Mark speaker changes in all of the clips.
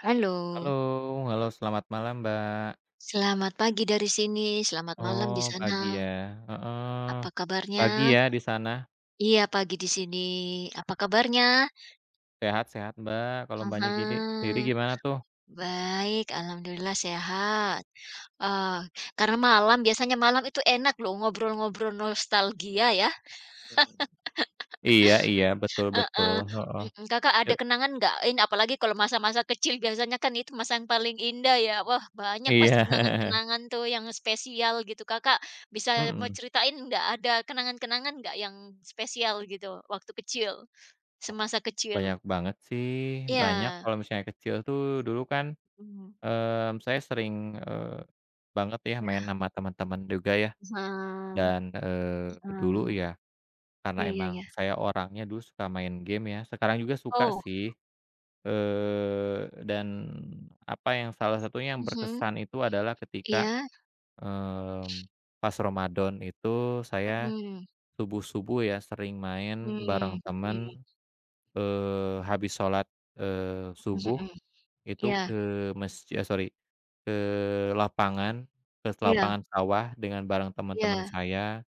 Speaker 1: Halo,
Speaker 2: Halo, halo selamat malam, Mbak.
Speaker 1: selamat pagi dari sini, selamat malam di
Speaker 2: Oh,
Speaker 1: sana.
Speaker 2: pagi ya, heeh.
Speaker 1: Apa kabarnya?
Speaker 2: Pagi ya di sana?
Speaker 1: Iya, pagi di sini. Apa kabarnya?
Speaker 2: Sehat-sehat, Mbak, kalau
Speaker 1: Ah
Speaker 2: Mbaknya gini sendiri
Speaker 1: hah.
Speaker 2: gimana tuh?
Speaker 1: Baik, alhamdulillah sehat. Ah, karena malam, biasanya malam itu enak loh ngobrol-ngobrol nostalgia ya.
Speaker 2: Iya, iya, betul, betul,
Speaker 1: Heeh,
Speaker 2: heeh.
Speaker 1: mhm, Kakak ada
Speaker 2: Yuk,
Speaker 1: kenangan nggak? Ini apalagi kalau masa-masa kecil biasanya kan itu masa yang paling indah ya. Wah, banyak pasti
Speaker 2: iya,
Speaker 1: kenangan-kenangan tuh yang spesial gitu. Kakak bisa mau
Speaker 2: mhm.
Speaker 1: ceritain nggak ada kenangan-kenangan nggak yang spesial gitu waktu kecil, semasa kecil?
Speaker 2: Banyak banget sih, banyak
Speaker 1: Iya,
Speaker 2: kalau misalnya kecil tuh dulu kan,
Speaker 1: mhm,
Speaker 2: saya sering, eee, banget ya main
Speaker 1: iya,
Speaker 2: sama teman-teman juga ya
Speaker 1: heeh,
Speaker 2: dan, dulu
Speaker 1: heeh,
Speaker 2: ya karena
Speaker 1: iya iya
Speaker 2: emang
Speaker 1: iya.
Speaker 2: saya orangnya dulu suka main game ya, sekarang juga suka
Speaker 1: Oh,
Speaker 2: sih. Dan apa yang salah satunya yang
Speaker 1: mhm,
Speaker 2: berkesan itu adalah ketika,
Speaker 1: iya,
Speaker 2: mmm, pas Ramadan itu saya
Speaker 1: mhm,
Speaker 2: subuh-subuh ya sering main
Speaker 1: mmm,
Speaker 2: bareng
Speaker 1: mhm
Speaker 2: temen, habis sholat,
Speaker 1: mhm
Speaker 2: subuh
Speaker 1: mhm,
Speaker 2: itu
Speaker 1: iya
Speaker 2: ke masji eh, sorry ke lapangan, ke
Speaker 1: iya
Speaker 2: lapangan sawah dengan bareng teman-teman
Speaker 1: iya
Speaker 2: saya,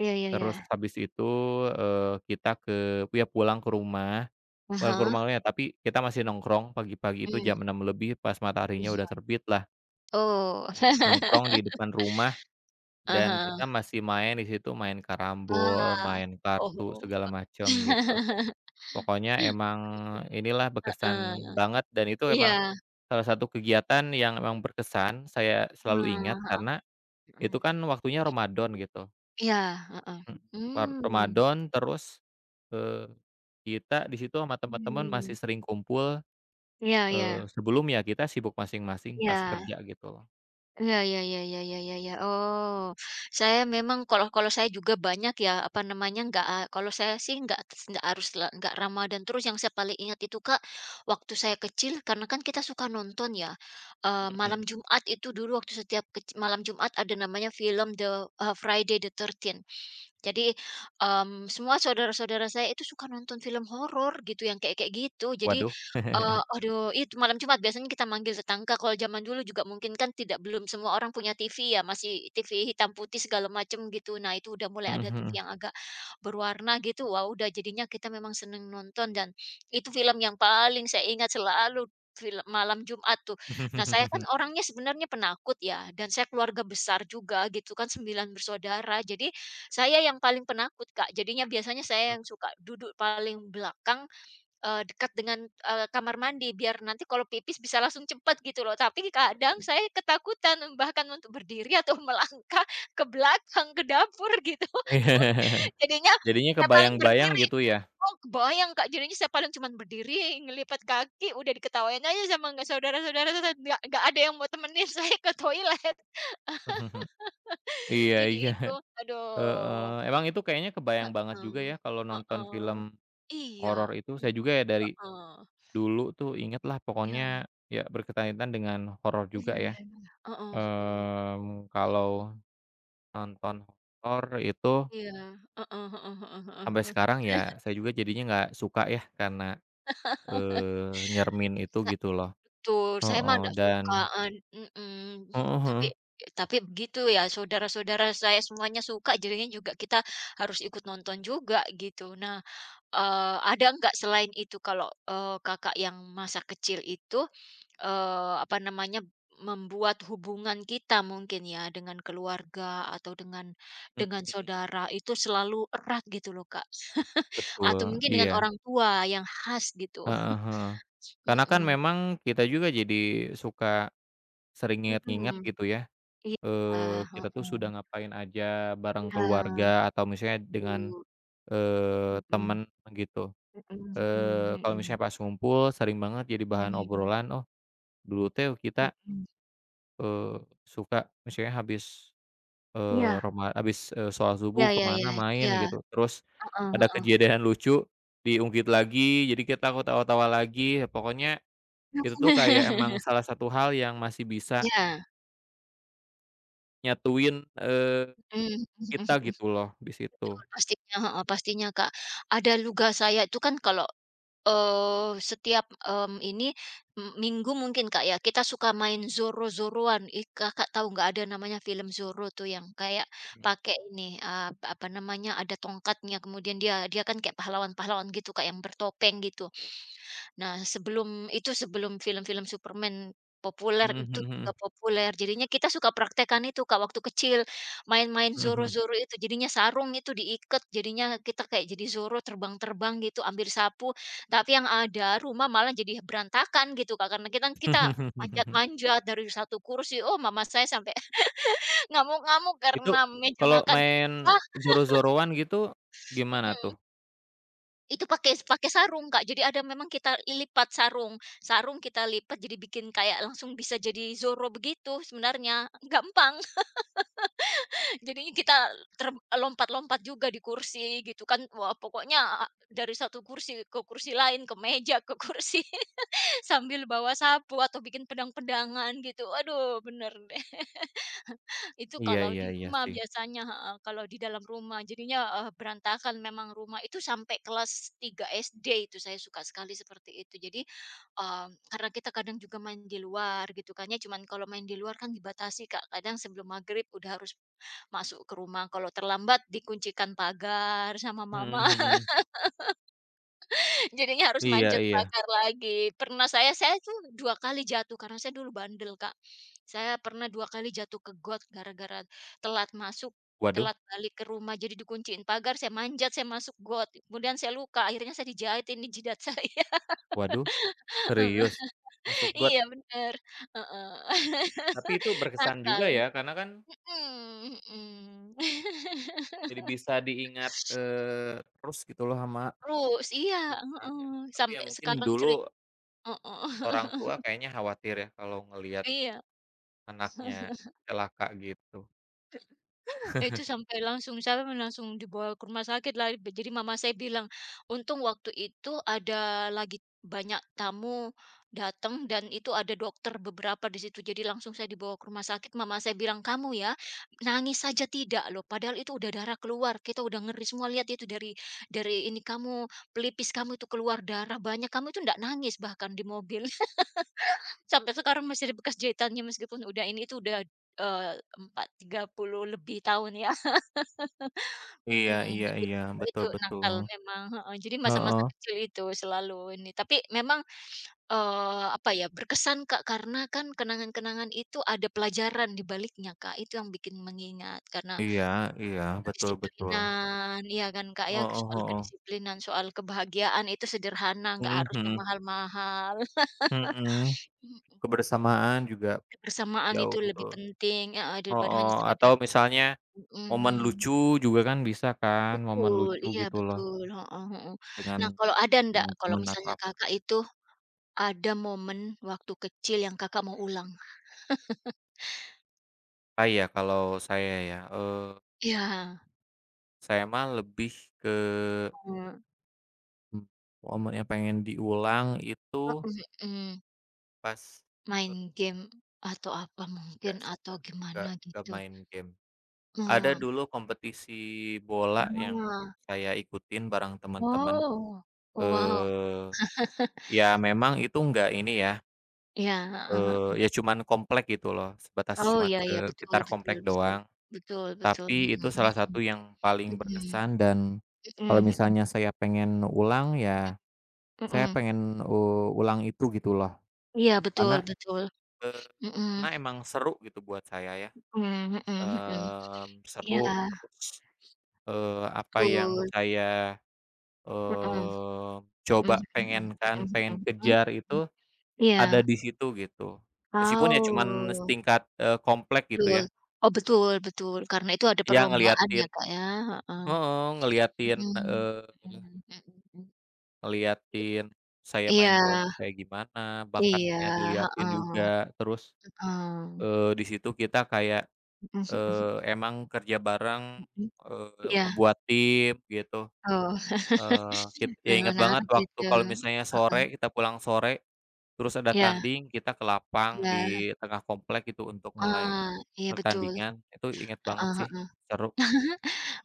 Speaker 1: iya iya iya,
Speaker 2: terus habis itu, kita ke ya pulang ke rumah.
Speaker 1: ah
Speaker 2: Bukan
Speaker 1: hah,
Speaker 2: formalnya, tapi kita masih nongkrong pagi-pagi itu
Speaker 1: mmm.
Speaker 2: jam 6 lebih pas mataharinya udah terbit lah,
Speaker 1: Oh, aha.
Speaker 2: nongkrong di depan rumah
Speaker 1: Ah
Speaker 2: dan
Speaker 1: hah.
Speaker 2: kita masih main di situ, main karambol,
Speaker 1: Wah.
Speaker 2: main kartu,
Speaker 1: Oh.
Speaker 2: segala macam gitu. Pokoknya emang inilah berkesan
Speaker 1: Heeh,
Speaker 2: banget dan itu
Speaker 1: iya,
Speaker 2: emang salah satu kegiatan yang emang berkesan saya selalu ingat
Speaker 1: nah,
Speaker 2: karena
Speaker 1: heeh.
Speaker 2: itu kan waktunya Ramadan gitu,
Speaker 1: Iya, heeh.
Speaker 2: mhm, war
Speaker 1: Hmm,
Speaker 2: Ramadan terus, eee, kita di situ sama teman-teman
Speaker 1: hmm,
Speaker 2: masih sering kumpul.
Speaker 1: iya iya,
Speaker 2: Sebelumnya kita sibuk masing-masing pas
Speaker 1: iya.
Speaker 2: kerja gitu loh.
Speaker 1: Iya iya iya iya iya iya iya. Oh, saya memang kalau kalau saya juga banyak ya, apa namanya, nggak a kalau saya sih nggak s nggak harus la nggak Ramadan terus, yang saya paling ingat itu, Kak, waktu saya kecil karena kan kita suka nonton ya, malam
Speaker 2: Mhm.
Speaker 1: Jumat itu dulu waktu setiap kec malam Jumat ada namanya film The, Friday the Thirteenth. Jadi, semua saudara-saudara saya itu suka nonton film horor gitu, yang kayak kayak gitu. Jadi,
Speaker 2: Waduh.
Speaker 1: aduh itu malam Jumat biasanya kita manggil tetangga, kalau zaman dulu juga mungkin kan tidak belum semua orang punya TV ya, masih TV hitam putih segala macam gitu. Nah itu udah mulai
Speaker 2: Mhm,
Speaker 1: ada TV
Speaker 2: mhm.
Speaker 1: yang agak berwarna gitu, wah udah jadinya kita memang seneng nonton dan itu film yang paling saya ingat selalu film malam Jumat tuh. Nah saya kan orangnya sebenarnya penakut ya dan saya keluarga besar juga gitu kan, 9 bersaudara. Jadi saya yang paling penakut, Kak, jadinya biasanya saya
Speaker 2: Mmm.
Speaker 1: yang suka duduk paling belakang, dekat dengan, kamar mandi biar nanti kalau pipis bisa langsung cepat gitu loh. Tapi kadang saya ketakutan bahkan untuk berdiri atau melangkah ke belakang, ke dapur gitu. Jadinya
Speaker 2: Jadinya
Speaker 1: saya paling
Speaker 2: kebayang-bayang
Speaker 1: berdiri.
Speaker 2: gitu ya?
Speaker 1: Oh, kebayang, Kak, jadinya saya paling cuman berdiri, ngelipat kaki, udah diketawain aja sama nggak saudara-saudara, nggak ada yang mau temenin saya ke toilet.
Speaker 2: Mhm, mhm. Iya,
Speaker 1: Jadi
Speaker 2: iya,
Speaker 1: itu, aduh.
Speaker 2: heeh. Emang itu kayaknya kebayang banget juga
Speaker 1: Heeh,
Speaker 2: ya kalau nonton
Speaker 1: heeh.
Speaker 2: film
Speaker 1: Iya,
Speaker 2: horor itu.
Speaker 1: mmm,
Speaker 2: Saya juga ya dari
Speaker 1: heeh,
Speaker 2: dulu tuh inget lah
Speaker 1: iya
Speaker 2: pokoknya ya berkaitan dengan horor juga
Speaker 1: iya
Speaker 2: ya.
Speaker 1: iya iya, heeh, mhm
Speaker 2: Mmm,
Speaker 1: mhm,
Speaker 2: kalau nonton horor itu
Speaker 1: iya, heeh heeh heeh heeh
Speaker 2: sampai
Speaker 1: heeh.
Speaker 2: sekarang ya saya juga jadinya nggak suka ya karena nyermin itu
Speaker 1: Sa
Speaker 2: gitu loh,
Speaker 1: betul, saya mah
Speaker 2: heeh,
Speaker 1: nggak suka,
Speaker 2: dan
Speaker 1: eee, mhm,
Speaker 2: heeh,
Speaker 1: tapi
Speaker 2: heeh,
Speaker 1: tapi begitu ya, saudara-saudara saya semuanya suka, jadinya juga kita harus ikut nonton juga gitu. Nah, ada nggak selain itu kalau, Kakak yang masa kecil itu apa namanya, membuat hubungan kita mungkin ya dengan keluarga atau
Speaker 2: Mmm.
Speaker 1: dengan saudara itu selalu erat gitu loh, Kak, atau
Speaker 2: Betul,
Speaker 1: mungkin dengan
Speaker 2: iya,
Speaker 1: orang tua yang khas gitu.
Speaker 2: heeh, heeh. Karena kan memang kita juga jadi suka sering
Speaker 1: Mhm
Speaker 2: nginget-nginget
Speaker 1: mhm,
Speaker 2: gitu ya,
Speaker 1: iya, heeh,
Speaker 2: kita tuh sudah ngapain aja bareng
Speaker 1: iya,
Speaker 2: keluarga atau misalnya dengan,
Speaker 1: betul, mhm
Speaker 2: temen gitu,
Speaker 1: mhm mhm
Speaker 2: kalau misalnya pas ngumpul sering banget jadi bahan
Speaker 1: mhm,
Speaker 2: obrolan, "Oh, dulu teh
Speaker 1: mmm,
Speaker 2: kita,
Speaker 1: mhm,
Speaker 2: eee, suka," misalnya habis
Speaker 1: iya
Speaker 2: Roma habis, sholat
Speaker 1: iya
Speaker 2: subuh ke
Speaker 1: iya
Speaker 2: mana
Speaker 1: iya
Speaker 2: main
Speaker 1: iya,
Speaker 2: gitu, terus
Speaker 1: heeh
Speaker 2: ada
Speaker 1: heeh.
Speaker 2: kejadian lucu, diungkit lagi, jadi kita ketawa-tawa lagi, ya pokoknya itu tuh kayak emang salah satu hal yang masih bisa
Speaker 1: Iya,
Speaker 2: nyatuin,
Speaker 1: mmm, mhm
Speaker 2: kita
Speaker 1: mhm.
Speaker 2: gitu loh di situ.
Speaker 1: Betul, pastinya heeh, pastinya, Kak. Ada luga saya itu kan kalau, eh setiap, ini, m minggu mungkin, Kak, ya, kita suka main Zoro-Zoroan. Ih, Kakak tahu nggak ada namanya film Zoro tuh yang kayak pakai ini, apa namanya, ada tongkatnya, kemudian dia dia kan kayak pahlawan-pahlawan gitu, Kak, yang bertopeng gitu. Nah, sebelum film-film Superman populer, itu juga populer. Jadinya kita suka praktekkan itu, Kak, waktu kecil, main-main
Speaker 2: Mhm, mhm, mhm,
Speaker 1: Zoro-Zoro itu. Jadinya sarung itu diikat jadinya kita kayak jadi Zoro terbang-terbang gitu, ambil sapu. Tapi yang ada, rumah malah jadi berantakan gitu, Kak, karena kita kita
Speaker 2: mhm, mhm.
Speaker 1: manjat-manjat dari satu kursi. Oh, mama saya sampai ngamuk-ngamuk
Speaker 2: Itu
Speaker 1: karena meja
Speaker 2: kalau
Speaker 1: makannya
Speaker 2: main
Speaker 1: pecah.
Speaker 2: Zoro-Zoroan gitu gimana tuh?
Speaker 1: Itu pakai pakai sarung, Kak. Jadi ada memang kita lipat sarung, sarung kita lipat jadi bikin kayak langsung bisa jadi Zoro begitu sebenarnya, gampang. Jadinya kita ter lompat-lompat juga di kursi gitu kan. Wah, pokoknya ah, dari satu kursi ke kursi lain, ke meja, ke kursi, sambil bawa sapu atau bikin pedang-pedangan gitu. Aduh, bener deh. Itu
Speaker 2: Iya,
Speaker 1: kalau
Speaker 2: iya,
Speaker 1: di
Speaker 2: iya
Speaker 1: rumah
Speaker 2: sih.
Speaker 1: biasanya heeh, kalau di dalam rumah. Jadinya, berantakan memang rumah itu sampai kelas 3 SD itu saya suka sekali seperti itu. Jadi mmm, karena kita kadang juga main di luar gitu kan ya, cuman kalau main di luar kan dibatasi Kak, kadang sebelum maghrib udah harus masuk ke rumah, kalau terlambat dikuncikan pagar sama
Speaker 2: Mhm,
Speaker 1: mama,
Speaker 2: mhm.
Speaker 1: jadinya harus
Speaker 2: Iya,
Speaker 1: manjat
Speaker 2: iya.
Speaker 1: pagar lagi. Pernah saya tuh 2 kali jatuh karena saya dulu bandel Kak. Saya pernah 2 kali jatuh ke got gara-gara telat masuk,
Speaker 2: Waduh,
Speaker 1: telat balik ke rumah, jadi dikunciin pagar, saya manjat, saya masuk got, kemudian saya luka, akhirnya saya dijahitin di jidat saya.
Speaker 2: waduh, serius? Masuk
Speaker 1: Iya
Speaker 2: got?
Speaker 1: bener, heeh.
Speaker 2: Tapi itu berkesan
Speaker 1: Nakal.
Speaker 2: juga ya, karena kan
Speaker 1: Mhm mhm.
Speaker 2: jadi bisa diingat, terus gitu loh sama
Speaker 1: Terus iya,
Speaker 2: kita
Speaker 1: heeh,
Speaker 2: ya. Tapi ya
Speaker 1: sampai
Speaker 2: mungkin
Speaker 1: sekarang ceri
Speaker 2: dulu
Speaker 1: heeh.
Speaker 2: orang tua kayaknya khawatir ya kalau ngelihat
Speaker 1: Iya.
Speaker 2: anaknya celaka gitu.
Speaker 1: Itu sampai langsung saya memang langsung dibawa ke rumah sakit lah. Jadi mama saya bilang, untung waktu itu ada lagi banyak tamu datang dan itu ada dokter beberapa di situ. Jadi langsung saya dibawa ke rumah sakit. Mama saya bilang, kamu ya nangis saja tidak loh. Padahal itu udah darah keluar. Kita udah ngeri semua lihat itu dari ini kamu pelipis kamu itu keluar darah banyak. Kamu itu ndak nangis bahkan di mobil. Sampai sekarang masih ada bekas jahitannya meskipun udah ini itu udah eh, 40 lebih tahun ya.
Speaker 2: Iya,
Speaker 1: Mhm,
Speaker 2: iya,
Speaker 1: jadi
Speaker 2: iya, betul,
Speaker 1: itu
Speaker 2: betul.
Speaker 1: nakal memang, heeh, jadi masa-masa
Speaker 2: Heeh.
Speaker 1: kecil itu selalu ini, tapi memang, apa ya, berkesan Kak, karena kan kenangan-kenangan itu ada pelajaran di baliknya Kak, itu yang bikin mengingat karena
Speaker 2: Iya, iya, betul, betul.
Speaker 1: kedisiplinan, iya kan Kak, ya,
Speaker 2: Heeh,
Speaker 1: soal
Speaker 2: heeh.
Speaker 1: kedisiplinan, soal kebahagiaan itu sederhana, nggak
Speaker 2: Mhm,
Speaker 1: harus yang
Speaker 2: mhm.
Speaker 1: mahal-mahal,
Speaker 2: Mhm.
Speaker 1: mhm,
Speaker 2: Kebersamaan juga
Speaker 1: kebersamaan
Speaker 2: jauh,
Speaker 1: itu lebih
Speaker 2: betul.
Speaker 1: penting, heeh, daripada hanya
Speaker 2: Heeh, atau
Speaker 1: sekedar
Speaker 2: misalnya momen
Speaker 1: mhm.
Speaker 2: lucu juga kan bisa kan, momen
Speaker 1: Betul,
Speaker 2: lucu
Speaker 1: iya
Speaker 2: gitu loh
Speaker 1: betul, heeh heeh.
Speaker 2: dengan
Speaker 1: Nah, kalau ada ndak, kalau
Speaker 2: teman-teman atau
Speaker 1: misalnya
Speaker 2: ap.
Speaker 1: Kakak itu ada momen waktu kecil yang Kakak mau ulang?
Speaker 2: Ah, iya, kalau saya ya,
Speaker 1: Iya,
Speaker 2: saya mah lebih ke,
Speaker 1: heeh,
Speaker 2: mmm, momen yang pengen diulang itu
Speaker 1: heeh heeh,
Speaker 2: pas
Speaker 1: main
Speaker 2: eee,
Speaker 1: game atau apa mungkin
Speaker 2: enggak sih,
Speaker 1: atau
Speaker 2: Kak,
Speaker 1: gimana
Speaker 2: enggak
Speaker 1: gitu?
Speaker 2: main game. Ada
Speaker 1: Mmm,
Speaker 2: dulu kompetisi bola yang
Speaker 1: ah,
Speaker 2: saya ikutin bareng teman-teman,
Speaker 1: oh, oh wow,
Speaker 2: eee, ya memang itu enggak ini ya,
Speaker 1: iya, heeh heeh.
Speaker 2: ya cuman komplek gitu loh, sebatas
Speaker 1: Oh,
Speaker 2: cuman
Speaker 1: iya iya, betul
Speaker 2: sekitar
Speaker 1: betul
Speaker 2: komplek
Speaker 1: betul,
Speaker 2: doang,
Speaker 1: betul betul, mhm
Speaker 2: tapi
Speaker 1: mhm,
Speaker 2: itu salah satu
Speaker 1: mhm
Speaker 2: yang paling berkesan dan kalau
Speaker 1: mhm
Speaker 2: misalnya saya pengen ulang ya.
Speaker 1: mhm
Speaker 2: Saya
Speaker 1: mhm,
Speaker 2: pengen, ulang itu gitu loh,
Speaker 1: iya betul
Speaker 2: karena,
Speaker 1: betul,
Speaker 2: eee,
Speaker 1: mhm,
Speaker 2: karena emang seru gitu buat saya ya,
Speaker 1: mmm, mhm mhm, iya.
Speaker 2: seru terus, apa yang
Speaker 1: Betul,
Speaker 2: saya,
Speaker 1: mhm
Speaker 2: eee,
Speaker 1: mhm
Speaker 2: coba
Speaker 1: mhm mhm
Speaker 2: pengen kan, pengen
Speaker 1: mhm mhm,
Speaker 2: kejar
Speaker 1: mmm,
Speaker 2: itu
Speaker 1: iya,
Speaker 2: ada di situ gitu. Meskipun ya cuman
Speaker 1: oh,
Speaker 2: setingkat, komplek gitu
Speaker 1: betul,
Speaker 2: ya,
Speaker 1: oh, betul betul, karena itu ada
Speaker 2: ya
Speaker 1: perlombaan ya,
Speaker 2: ngeliatin
Speaker 1: Kak, ya, heeh,
Speaker 2: heeh, ngeliatin,
Speaker 1: mhm, mhm mhm mhm,
Speaker 2: ngeliatin saya main
Speaker 1: iya
Speaker 2: bolanya kayak gimana,
Speaker 1: iya,
Speaker 2: bakatnya diliatin
Speaker 1: heeh
Speaker 2: juga, terus,
Speaker 1: heeh,
Speaker 2: di situ kita kayak
Speaker 1: mhm mhm
Speaker 2: Emang kerja bareng,
Speaker 1: mhm, iya,
Speaker 2: ngebuat tim gitu,
Speaker 1: oh,
Speaker 2: kit ya
Speaker 1: nah,
Speaker 2: inget banget
Speaker 1: menarik
Speaker 2: waktu
Speaker 1: itu,
Speaker 2: kalau misalnya
Speaker 1: heeh,
Speaker 2: sore, kita pulang sore, terus ada
Speaker 1: iya
Speaker 2: tanding, kita ke lapang di
Speaker 1: iya,
Speaker 2: tengah komplek gitu untuk mulai
Speaker 1: ah, iya betul,
Speaker 2: pertandingan, itu inget banget
Speaker 1: heeh
Speaker 2: sih,
Speaker 1: heeh.
Speaker 2: seru.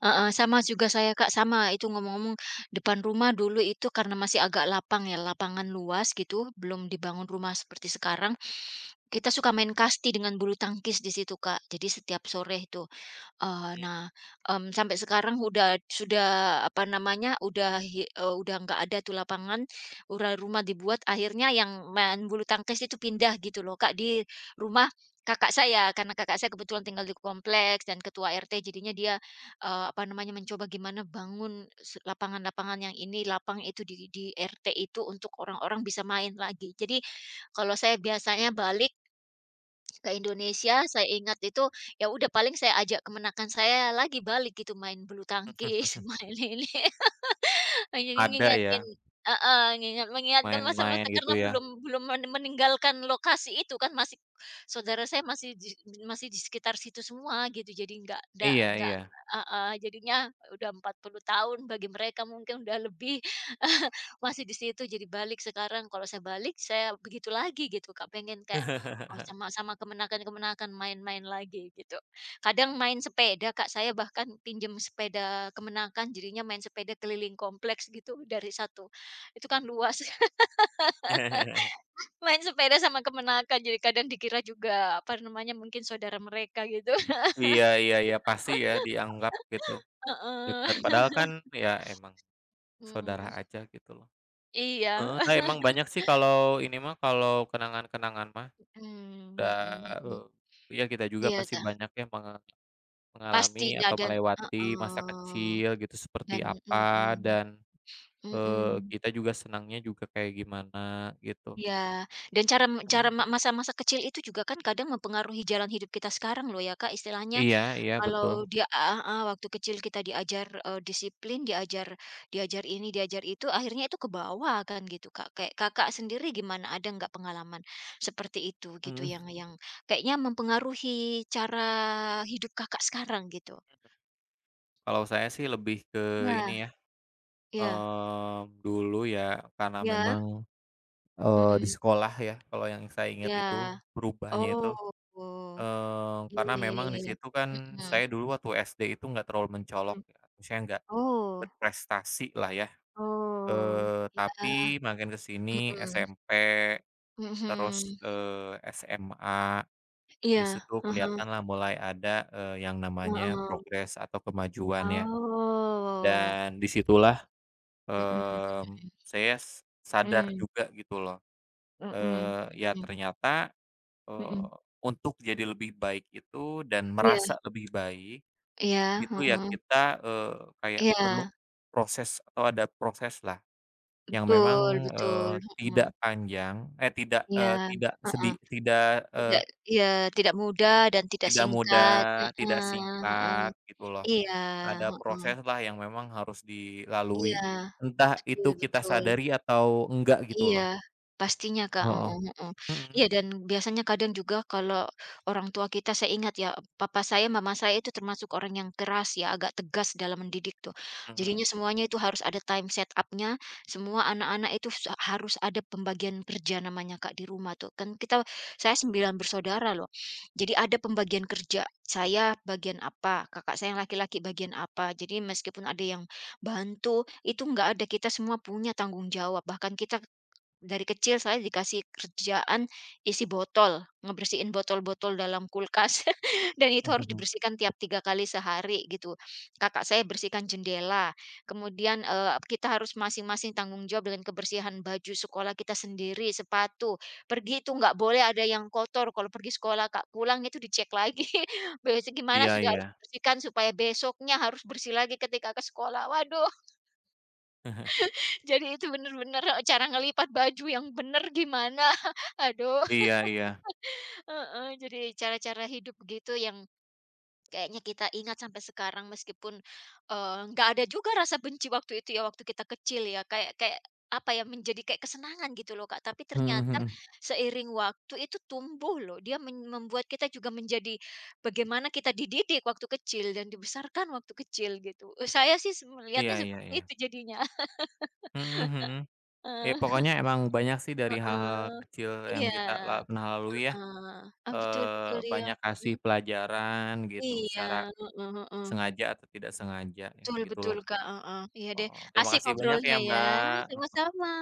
Speaker 1: Heeh, sama juga saya, Kak, sama itu ngomong-ngomong depan rumah dulu itu karena masih agak lapang ya, lapangan luas gitu, belum dibangun rumah seperti sekarang, kita suka main kasti dengan bulu tangkis di situ, Kak. Jadi setiap sore itu nah, sampai sekarang udah sudah apa namanya, udah hi udah nggak ada tuh lapangan, ura rumah dibuat, akhirnya yang main bulu tangkis itu pindah gitu loh, Kak, di rumah kakak saya. Karena kakak saya kebetulan tinggal di kompleks dan ketua RT, jadinya dia, apa namanya, mencoba gimana bangun se lapangan-lapangan yang ini, lapang itu di RT itu untuk orang-orang bisa main lagi. Jadi, kalau saya biasanya balik ke Indonesia, saya ingat itu, ya udah paling saya ajak kemenakan saya lagi balik gitu, main bulu tangkis, main ini. Oh, jadi
Speaker 2: Ada
Speaker 1: ngingetin
Speaker 2: ya,
Speaker 1: heeh, ngingat mengingatkan masa-masa
Speaker 2: main-main gitu
Speaker 1: karena
Speaker 2: ya.
Speaker 1: belum belum men meninggalkan lokasi itu kan masih saudara saya masih di sekitar situ semua gitu, jadi
Speaker 2: Iya,
Speaker 1: nggak
Speaker 2: iya.
Speaker 1: heeh, jadinya udah 40 tahun bagi mereka mungkin udah lebih, masih di situ, jadi balik sekarang kalau saya balik saya begitu lagi gitu Kak, pengen kayak, oh sama sama kemenakan-kemenakan main-main lagi gitu. Kadang main sepeda, Kak, saya bahkan pinjem sepeda kemenakan, jadinya main sepeda keliling kompleks gitu dari satu itu kan luas. Main sepeda sama kemenakan, jadi kadang dikira juga, apa namanya, mungkin saudara mereka gitu.
Speaker 2: Iya, iya, iya, pasti ya dianggap gitu, dekat.
Speaker 1: Heeh.
Speaker 2: Padahal kan ya emang saudara
Speaker 1: Mmm,
Speaker 2: aja gitu loh.
Speaker 1: iya.
Speaker 2: Heeh, nah emang banyak sih kalau ini mah, kalau kenangan-kenangan mah
Speaker 1: Mmm,
Speaker 2: udah,
Speaker 1: mhm mhm.
Speaker 2: ya kita juga
Speaker 1: Iya,
Speaker 2: pasti
Speaker 1: dah.
Speaker 2: banyak yang menge mengalami
Speaker 1: Pasti nah
Speaker 2: atau
Speaker 1: dan
Speaker 2: melewati masa
Speaker 1: heeh,
Speaker 2: kecil gitu seperti
Speaker 1: dan
Speaker 2: apa
Speaker 1: mhm,
Speaker 2: dan,
Speaker 1: mhm.
Speaker 2: kita juga senangnya juga kayak gimana gitu.
Speaker 1: Iya, dan cara cara
Speaker 2: Mhm,
Speaker 1: ma masa-masa kecil itu juga kan kadang mempengaruhi jalan hidup kita sekarang loh ya, Kak, istilahnya.
Speaker 2: iya, iya
Speaker 1: Kalau
Speaker 2: betul,
Speaker 1: dia ah heeh, waktu kecil kita diajar, disiplin, diajar diajar ini, diajar itu, akhirnya itu ke bawah kan gitu, Kak. Kayak Kakak sendiri gimana, ada nggak pengalaman seperti itu gitu
Speaker 2: mhm,
Speaker 1: yang kayaknya mempengaruhi cara hidup Kakak sekarang gitu?
Speaker 2: kalau saya sih lebih ke
Speaker 1: Ya,
Speaker 2: ini ya,
Speaker 1: ya,
Speaker 2: dulu ya karena
Speaker 1: iya,
Speaker 2: memang, di
Speaker 1: mhm,
Speaker 2: sekolah ya kalau yang saya ingat
Speaker 1: iya,
Speaker 2: itu berubahnya
Speaker 1: oh.
Speaker 2: itu
Speaker 1: Oh. Iya
Speaker 2: Karena
Speaker 1: iya
Speaker 2: memang
Speaker 1: iya
Speaker 2: di
Speaker 1: iya,
Speaker 2: situ kan
Speaker 1: mhm
Speaker 2: saya dulu waktu SD itu nggak terlalu mencolok
Speaker 1: mhm,
Speaker 2: ya, maksudnya nggak
Speaker 1: oh
Speaker 2: berprestasi lah ya,
Speaker 1: oh, iya,
Speaker 2: tapi makin ke sini
Speaker 1: mhm,
Speaker 2: SMP, terus,
Speaker 1: mhm,
Speaker 2: SMA,
Speaker 1: iya,
Speaker 2: di situ
Speaker 1: heeh,
Speaker 2: kelihatanlah mulai ada, yang namanya
Speaker 1: heeh.
Speaker 2: progres atau kemajuan ya.
Speaker 1: Oh,
Speaker 2: Dan di
Speaker 1: gitu,
Speaker 2: situlah,
Speaker 1: mhm
Speaker 2: saya s sadar
Speaker 1: mhm
Speaker 2: juga gitu loh,
Speaker 1: mhm, mhm
Speaker 2: ya
Speaker 1: mhm
Speaker 2: ternyata,
Speaker 1: mhm,
Speaker 2: eee, untuk jadi lebih baik itu dan
Speaker 1: iya
Speaker 2: merasa lebih baik.
Speaker 1: iya,
Speaker 2: Gitu ya
Speaker 1: heeh,
Speaker 2: kita, eee, kayak perlu
Speaker 1: iya,
Speaker 2: proses atau ada proses lah yang memang,
Speaker 1: betul betul,
Speaker 2: eee, tidak
Speaker 1: mhm,
Speaker 2: panjang eh, tidak,
Speaker 1: iya,
Speaker 2: tidak sedi
Speaker 1: heeh,
Speaker 2: tidak, eee,
Speaker 1: tidak iya, tidak mudah dan tidak
Speaker 2: tidak mudah,
Speaker 1: singkat, heeh
Speaker 2: tidak
Speaker 1: heeh,
Speaker 2: singkat gitu loh.
Speaker 1: iya,
Speaker 2: Ada
Speaker 1: heeh,
Speaker 2: proses lah yang memang harus dilalui,
Speaker 1: iya,
Speaker 2: entah
Speaker 1: betul
Speaker 2: itu kita
Speaker 1: betul.
Speaker 2: sadari atau enggak gitu
Speaker 1: Iya,
Speaker 2: loh.
Speaker 1: pastinya Kak, heeh
Speaker 2: Heeh.
Speaker 1: heeh.
Speaker 2: Mhm,
Speaker 1: Iya dan biasanya kadang juga kalau orang tua kita saya ingat ya, papa saya, mama saya itu termasuk orang yang keras ya, agak tegas dalam mendidik tuh. Jadinya
Speaker 2: mhm.
Speaker 1: semuanya itu harus ada time set up-nya, semua anak-anak itu sa harus ada pembagian kerja namanya Kak di rumah tuh. Kan kita saya 9 bersaudara loh, jadi ada pembagian kerja, saya bagian apa, kakak saya yang laki-laki bagian apa. Jadi meskipun ada yang bantu, itu nggak ada, kita semua punya tanggung jawab, bahkan kita dari kecil saya dikasih kerjaan isi botol, ngebersihin botol-botol dalam kulkas dan itu harus dibersihkan tiap 3 kali sehari gitu. Kakak saya bersihkan jendela, kemudian, kita harus masing-masing tanggung jawab dengan kebersihan baju sekolah kita sendiri, sepatu. Pergi itu nggak boleh ada yang kotor kalau pergi sekolah, Kak. Pulang itu dicek lagi, besok gimana
Speaker 2: Iya,
Speaker 1: sudah
Speaker 2: iya.
Speaker 1: harus dibersihkan supaya besoknya harus bersih lagi ketika ke sekolah. Waduh. Jadi itu bener-bener cara ngelipat baju yang bener gimana, aduh,
Speaker 2: Iya, iya.
Speaker 1: heeh, jadi cara-cara hidup gitu yang kayaknya kita ingat sampai sekarang meskipun, nggak ada juga rasa benci waktu itu ya, waktu kita kecil ya, kayak kayak, apa ya, menjadi kayak kesenangan gitu loh, Kak. Tapi ternyata
Speaker 2: Mhm, mhm.
Speaker 1: seiring waktu itu tumbuh loh, dia men membuat kita juga menjadi bagaimana kita dididik waktu kecil dan dibesarkan waktu kecil gitu. Saya sih se melihatnya
Speaker 2: Iya, iya,
Speaker 1: seperti
Speaker 2: iya.
Speaker 1: itu jadinya.
Speaker 2: Mhm, mhm. Ya
Speaker 1: Heeh,
Speaker 2: pokoknya emang banyak sih dari hal-hal
Speaker 1: heeh,
Speaker 2: kecil yang
Speaker 1: iya.
Speaker 2: kita la pernah lalui ya,
Speaker 1: Eee, ah, betul betul iya,
Speaker 2: banyak
Speaker 1: mhm,
Speaker 2: kasih pelajaran gitu
Speaker 1: iya,
Speaker 2: secara
Speaker 1: heeh heeh,
Speaker 2: sengaja atau tidak sengaja ya
Speaker 1: betul betul,
Speaker 2: gitulah,
Speaker 1: Kak, heeh, iya deh,
Speaker 2: heeh. Terima
Speaker 1: asik
Speaker 2: kasih banyak ya,
Speaker 1: ngobrolnya ya,
Speaker 2: Mbak.
Speaker 1: sama-sama.